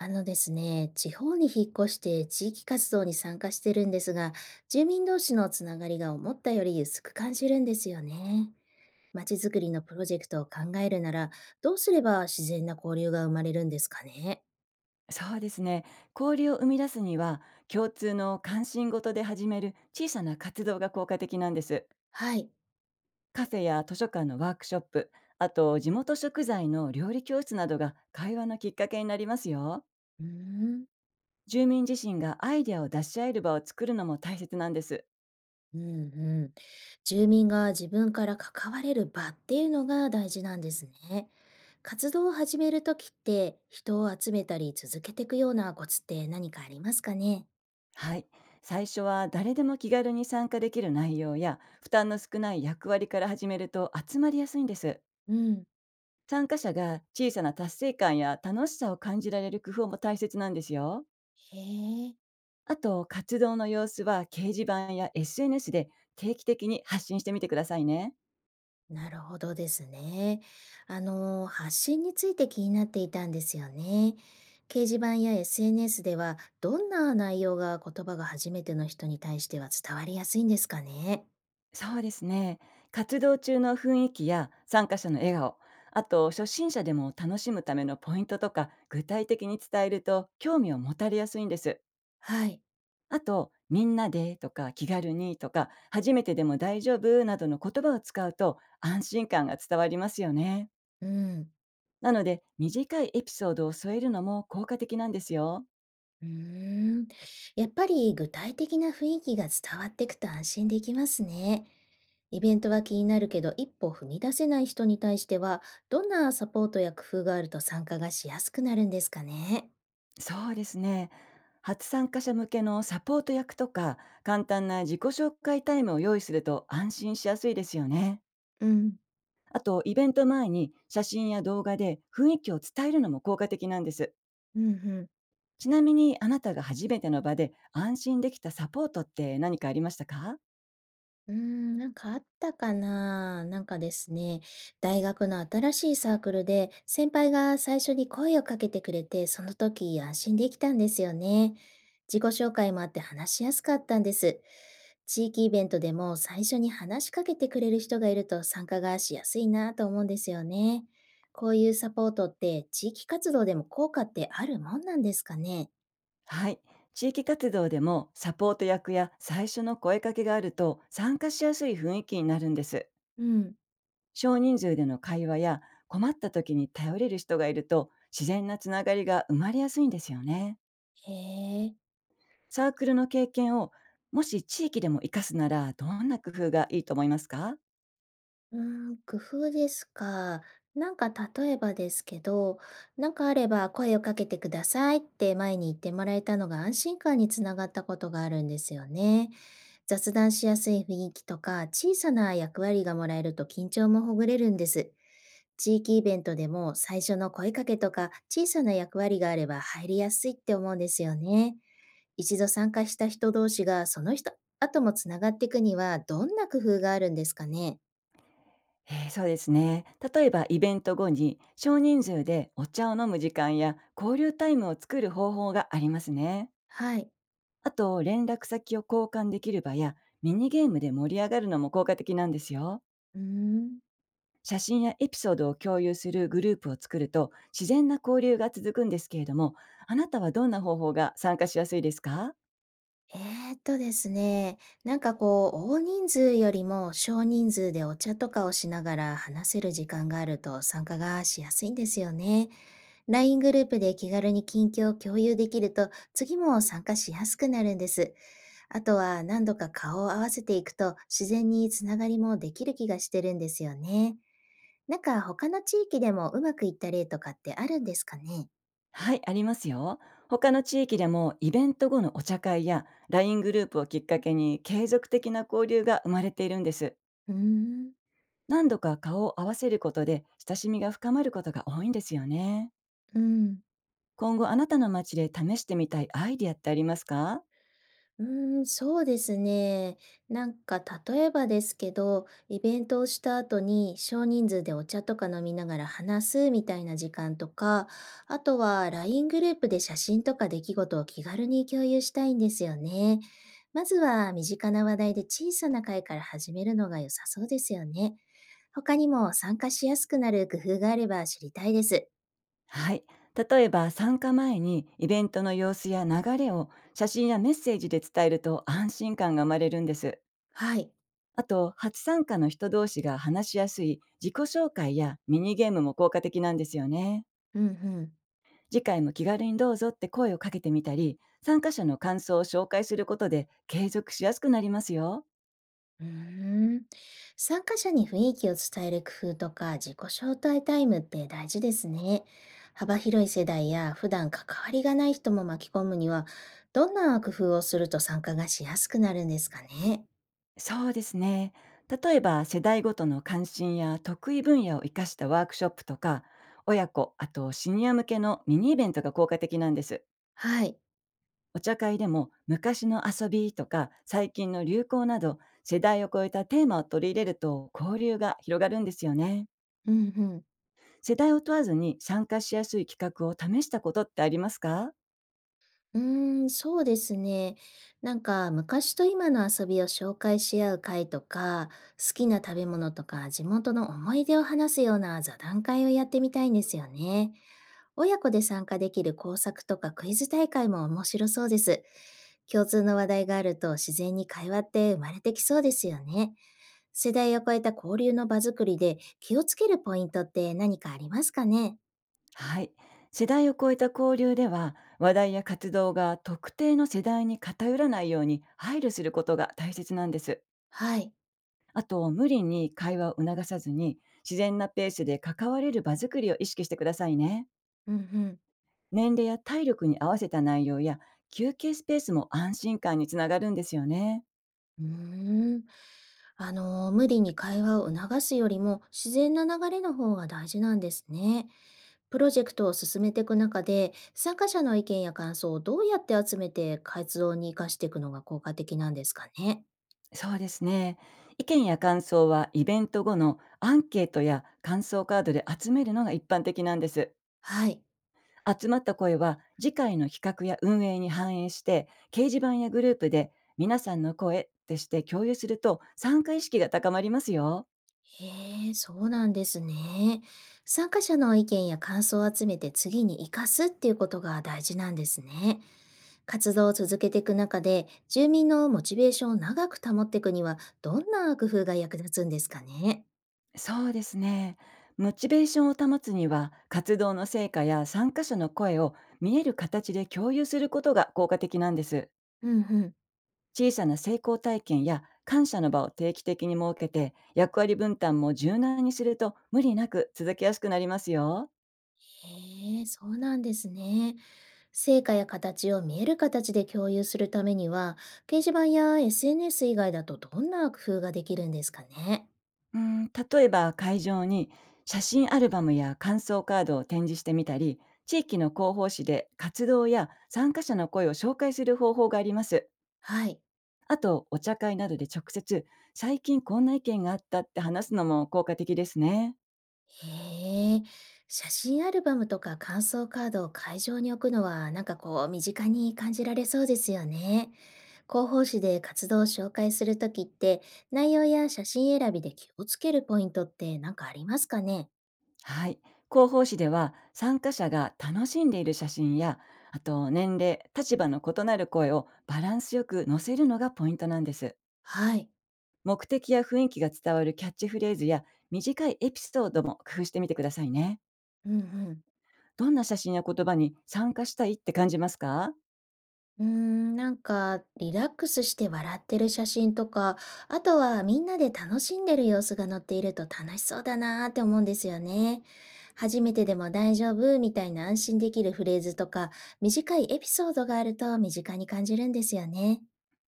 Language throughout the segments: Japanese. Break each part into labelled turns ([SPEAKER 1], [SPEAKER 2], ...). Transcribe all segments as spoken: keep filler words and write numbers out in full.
[SPEAKER 1] あのですね、地方に引っ越して地域活動に参加してるんですが、住民同士のつながりが思ったより薄く感じるんですよね。まちづくりのプロジェクトを考えるなら、どうすれば自然な交流が生まれるんですかね。
[SPEAKER 2] そうですね。交流を生み出すには、共通の関心事で始める小さな活動が効果的なんです。
[SPEAKER 1] はい。
[SPEAKER 2] カフェや図書館のワークショップ、あと地元食材の料理教室などが会話のきっかけになりますよ。
[SPEAKER 1] うーん。
[SPEAKER 2] 住民自身がアイデアを出し合える場を作るのも大切なんです。
[SPEAKER 1] うんうん。住民が自分から関われる場っていうのが大事なんですね。活動を始めるときって、人を集めたり続けていくようなコツって何かありますかね。
[SPEAKER 2] はい。最初は誰でも気軽に参加できる内容や負担の少ない役割から始めると集まりやすいんです。
[SPEAKER 1] うん。
[SPEAKER 2] 参加者が小さな達成感や楽しさを感じられる工夫も大切なんですよ。
[SPEAKER 1] へえ。
[SPEAKER 2] あと、活動の様子は掲示板や エスエヌエス で定期的に発信してみてくださいね。
[SPEAKER 1] なるほどですね。あの、発信について気になっていたんですよね。掲示板や エスエヌエス ではどんな内容が言葉が初めての人に対しては伝わりやすいんですかね。
[SPEAKER 2] そうですね。活動中の雰囲気や参加者の笑顔、あと初心者でも楽しむためのポイントとか具体的に伝えると興味を持たれやすいんです。
[SPEAKER 1] はい。
[SPEAKER 2] あと、みんなでとか気軽にとか初めてでも大丈夫などの言葉を使うと安心感が伝わりますよね。
[SPEAKER 1] うん。
[SPEAKER 2] なので、短いエピソードを添えるのも効果的なんですよ。
[SPEAKER 1] うーん。やっぱり具体的な雰囲気が伝わってくと安心できますね。イベントは気になるけど一歩踏み出せない人に対してはどんなサポートや工夫があると参加がしやすくなるんですかね。
[SPEAKER 2] そうですね。初参加者向けのサポート役とか、簡単な自己紹介タイムを用意すると安心しやすいですよね。
[SPEAKER 1] うん。
[SPEAKER 2] あと、イベント前に写真や動画で雰囲気を伝えるのも効果的なんです。
[SPEAKER 1] うんうん。
[SPEAKER 2] ちなみに、あなたが初めての場で安心できたサポートって何かありましたか？
[SPEAKER 1] うーん、なんかあったかな。なんかですね、大学の新しいサークルで先輩が最初に声をかけてくれて、その時安心できたんですよね。自己紹介もあって話しやすかったんです。地域イベントでも最初に話しかけてくれる人がいると参加がしやすいなと思うんですよね。こういうサポートって地域活動でも効果ってあるもんなんですかね。
[SPEAKER 2] はい。地域活動でもサポート役や最初の声かけがあると参加しやすい雰囲気になるんです。
[SPEAKER 1] うん。
[SPEAKER 2] 少人数での会話や困った時に頼れる人がいると自然なつながりが生まれやすいんですよね。
[SPEAKER 1] へえ。
[SPEAKER 2] サークルの経験をもし地域でも活かすならどんな工夫がいいと思いますか？
[SPEAKER 1] うーん、工夫ですか。なんか、例えばですけど、なんかあれば声をかけてくださいって前に言ってもらえたのが安心感につながったことがあるんですよね。雑談しやすい雰囲気とか小さな役割がもらえると緊張もほぐれるんです。地域イベントでも最初の声かけとか小さな役割があれば入りやすいって思うんですよね。一度参加した人同士がその人、後もつながっていくにはどんな工夫があるんですかね。
[SPEAKER 2] えーそうですね。例えばイベント後に少人数でお茶を飲む時間や交流タイムを作る方法がありますね。
[SPEAKER 1] はい。
[SPEAKER 2] あと連絡先を交換できる場やミニゲームで盛り上がるのも効果的なんですよ。
[SPEAKER 1] うーん。
[SPEAKER 2] 写真やエピソードを共有するグループを作ると自然な交流が続くんですけれども、あなたはどんな方法が参加しやすいですか？
[SPEAKER 1] えーっとですね、なんかこう、大人数よりも少人数でお茶とかをしながら話せる時間があると参加がしやすいんですよね。ライン グループで気軽に近況を共有できると、次も参加しやすくなるんです。あとは何度か顔を合わせていくと、自然につながりもできる気がしてるんですよね。なんか他の地域でもうまくいった例とかってあるんですかね。
[SPEAKER 2] はい、ありますよ。他の地域でもイベント後のお茶会やライングループをきっかけに継続的な交流が生まれているんです。
[SPEAKER 1] うーん。
[SPEAKER 2] 何度か顔を合わせることで親しみが深まることが多いんですよね。
[SPEAKER 1] うん。
[SPEAKER 2] 今後あなたの街で試してみたいアイディアってありますか？
[SPEAKER 1] うーん、そうですね。なんか、例えばですけど、イベントをした後に少人数でお茶とか飲みながら話すみたいな時間とか、あとはライングループで写真とか出来事を気軽に共有したいんですよね。まずは身近な話題で小さな会から始めるのが良さそうですよね。他にも参加しやすくなる工夫があれば知りたいです。
[SPEAKER 2] はい。例えば参加前にイベントの様子や流れを写真やメッセージで伝えると安心感が生まれるんです。
[SPEAKER 1] はい。
[SPEAKER 2] あと、初参加の人同士が話しやすい自己紹介やミニゲームも効果的なんですよね。
[SPEAKER 1] うんうん。
[SPEAKER 2] 次回も気軽にどうぞって声をかけてみたり、参加者の感想を紹介することで継続しやすくなりますよ。
[SPEAKER 1] うーん。参加者に雰囲気を伝える工夫とか自己招待タイムって大事ですね。幅広い世代や普段関わりがない人も巻き込むには、どんな工夫をすると参加がしやすくなるんですかね。
[SPEAKER 2] そうですね。例えば世代ごとの関心や得意分野を生かしたワークショップとか、親子、あとシニア向けのミニイベントが効果的なんです。
[SPEAKER 1] はい。
[SPEAKER 2] お茶会でも昔の遊びとか最近の流行など、世代を超えたテーマを取り入れると交流が広がるんですよね。
[SPEAKER 1] うんうん。
[SPEAKER 2] 世代を問わずに参加しやすい企画を試したことってありますか？
[SPEAKER 1] うーん、そうですね。なんか、昔と今の遊びを紹介し合う会とか、好きな食べ物とか地元の思い出を話すような座談会をやってみたいんですよね。親子で参加できる工作とかクイズ大会も面白そうです。共通の話題があると自然に会話って生まれてきそうですよね。世代を超えた交流の場作りで気をつけるポイントって何かありますかね。
[SPEAKER 2] はい。世代を超えた交流では、話題や活動が特定の世代に偏らないように配慮することが大切なんです。
[SPEAKER 1] はい。
[SPEAKER 2] あと、無理に会話を促さずに、自然なペースで関われる場作りを意識してくださいね。
[SPEAKER 1] うんうん。
[SPEAKER 2] 年齢や体力に合わせた内容や休憩スペースも安心感につながるんですよね。
[SPEAKER 1] うーん。あの、無理に会話を促すよりも自然な流れの方が大事なんですね。プロジェクトを進めていく中で、参加者の意見や感想をどうやって集めて活動に活かしていくのが効果的なんですかね。
[SPEAKER 2] そうですね。意見や感想はイベント後のアンケートや感想カードで集めるのが一般的なんです。
[SPEAKER 1] はい。
[SPEAKER 2] 集まった声は次回の企画や運営に反映して、掲示板やグループで皆さんの声ってして共有すると参加意識が高まりますよ。
[SPEAKER 1] へえ、そうなんですね。参加者の意見や感想を集めて次に活かすっていうことが大事なんですね。活動を続けていく中で、住民のモチベーションを長く保っていくには、どんな工夫が役立つんですかね。
[SPEAKER 2] そうですね。モチベーションを保つには、活動の成果や参加者の声を見える形で共有することが効果的なんです。
[SPEAKER 1] うんうん。
[SPEAKER 2] 小さな成功体験や感謝の場を定期的に設けて、役割分担も柔軟にすると無理なく続けやすくなりますよ。
[SPEAKER 1] へえ、そうなんですね。成果や形を見える形で共有するためには、掲示板や エスエヌエス 以外だとどんな工夫ができるんですかね。
[SPEAKER 2] うん、例えば会場に写真アルバムや感想カードを展示してみたり、地域の広報誌で活動や参加者の声を紹介する方法があります。
[SPEAKER 1] はい。
[SPEAKER 2] あと、お茶会などで直接、最近こんな意見があったって話すのも効果的ですね。
[SPEAKER 1] へえ、写真アルバムとか感想カードを会場に置くのは、なんかこう、身近に感じられそうですよね。広報誌で活動を紹介するときって、内容や写真選びで気をつけるポイントって何かありますかね。
[SPEAKER 2] はい。広報誌では参加者が楽しんでいる写真や、あと年齢、立場の異なる声をバランスよく載せるのがポイントなんです。
[SPEAKER 1] はい。
[SPEAKER 2] 目的や雰囲気が伝わるキャッチフレーズや短いエピソードも工夫してみてくださいね。
[SPEAKER 1] うん。
[SPEAKER 2] どんな写真や言葉に参加したいって感じますか？
[SPEAKER 1] うーん、なんか、リラックスして笑ってる写真とか、あとはみんなで楽しんでる様子が載っていると楽しそうだなーって思うんですよね。初めてでも大丈夫みたいな安心できるフレーズとか、短いエピソードがあると身近に感じるんですよね。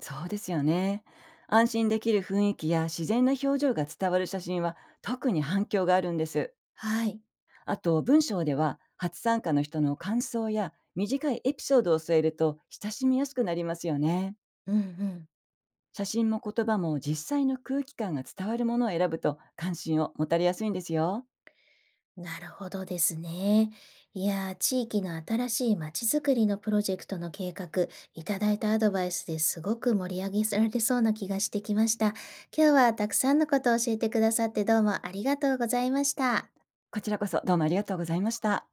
[SPEAKER 2] そうですよね。安心できる雰囲気や自然な表情が伝わる写真は特に反響があるんです。
[SPEAKER 1] はい。
[SPEAKER 2] あと、文章では初参加の人の感想や短いエピソードを添えると親しみやすくなりますよね。
[SPEAKER 1] うんうん。
[SPEAKER 2] 写真も言葉も実際の空気感が伝わるものを選ぶと関心を持たれやすいんですよ。
[SPEAKER 1] なるほどですね。いやー、地域の新しいまちづくりのプロジェクトの計画、いただいたアドバイスですごく盛り上げられそうな気がしてきました。今日はたくさんのことを教えてくださってどうもありがとうございました。
[SPEAKER 2] こちらこそどうもありがとうございました。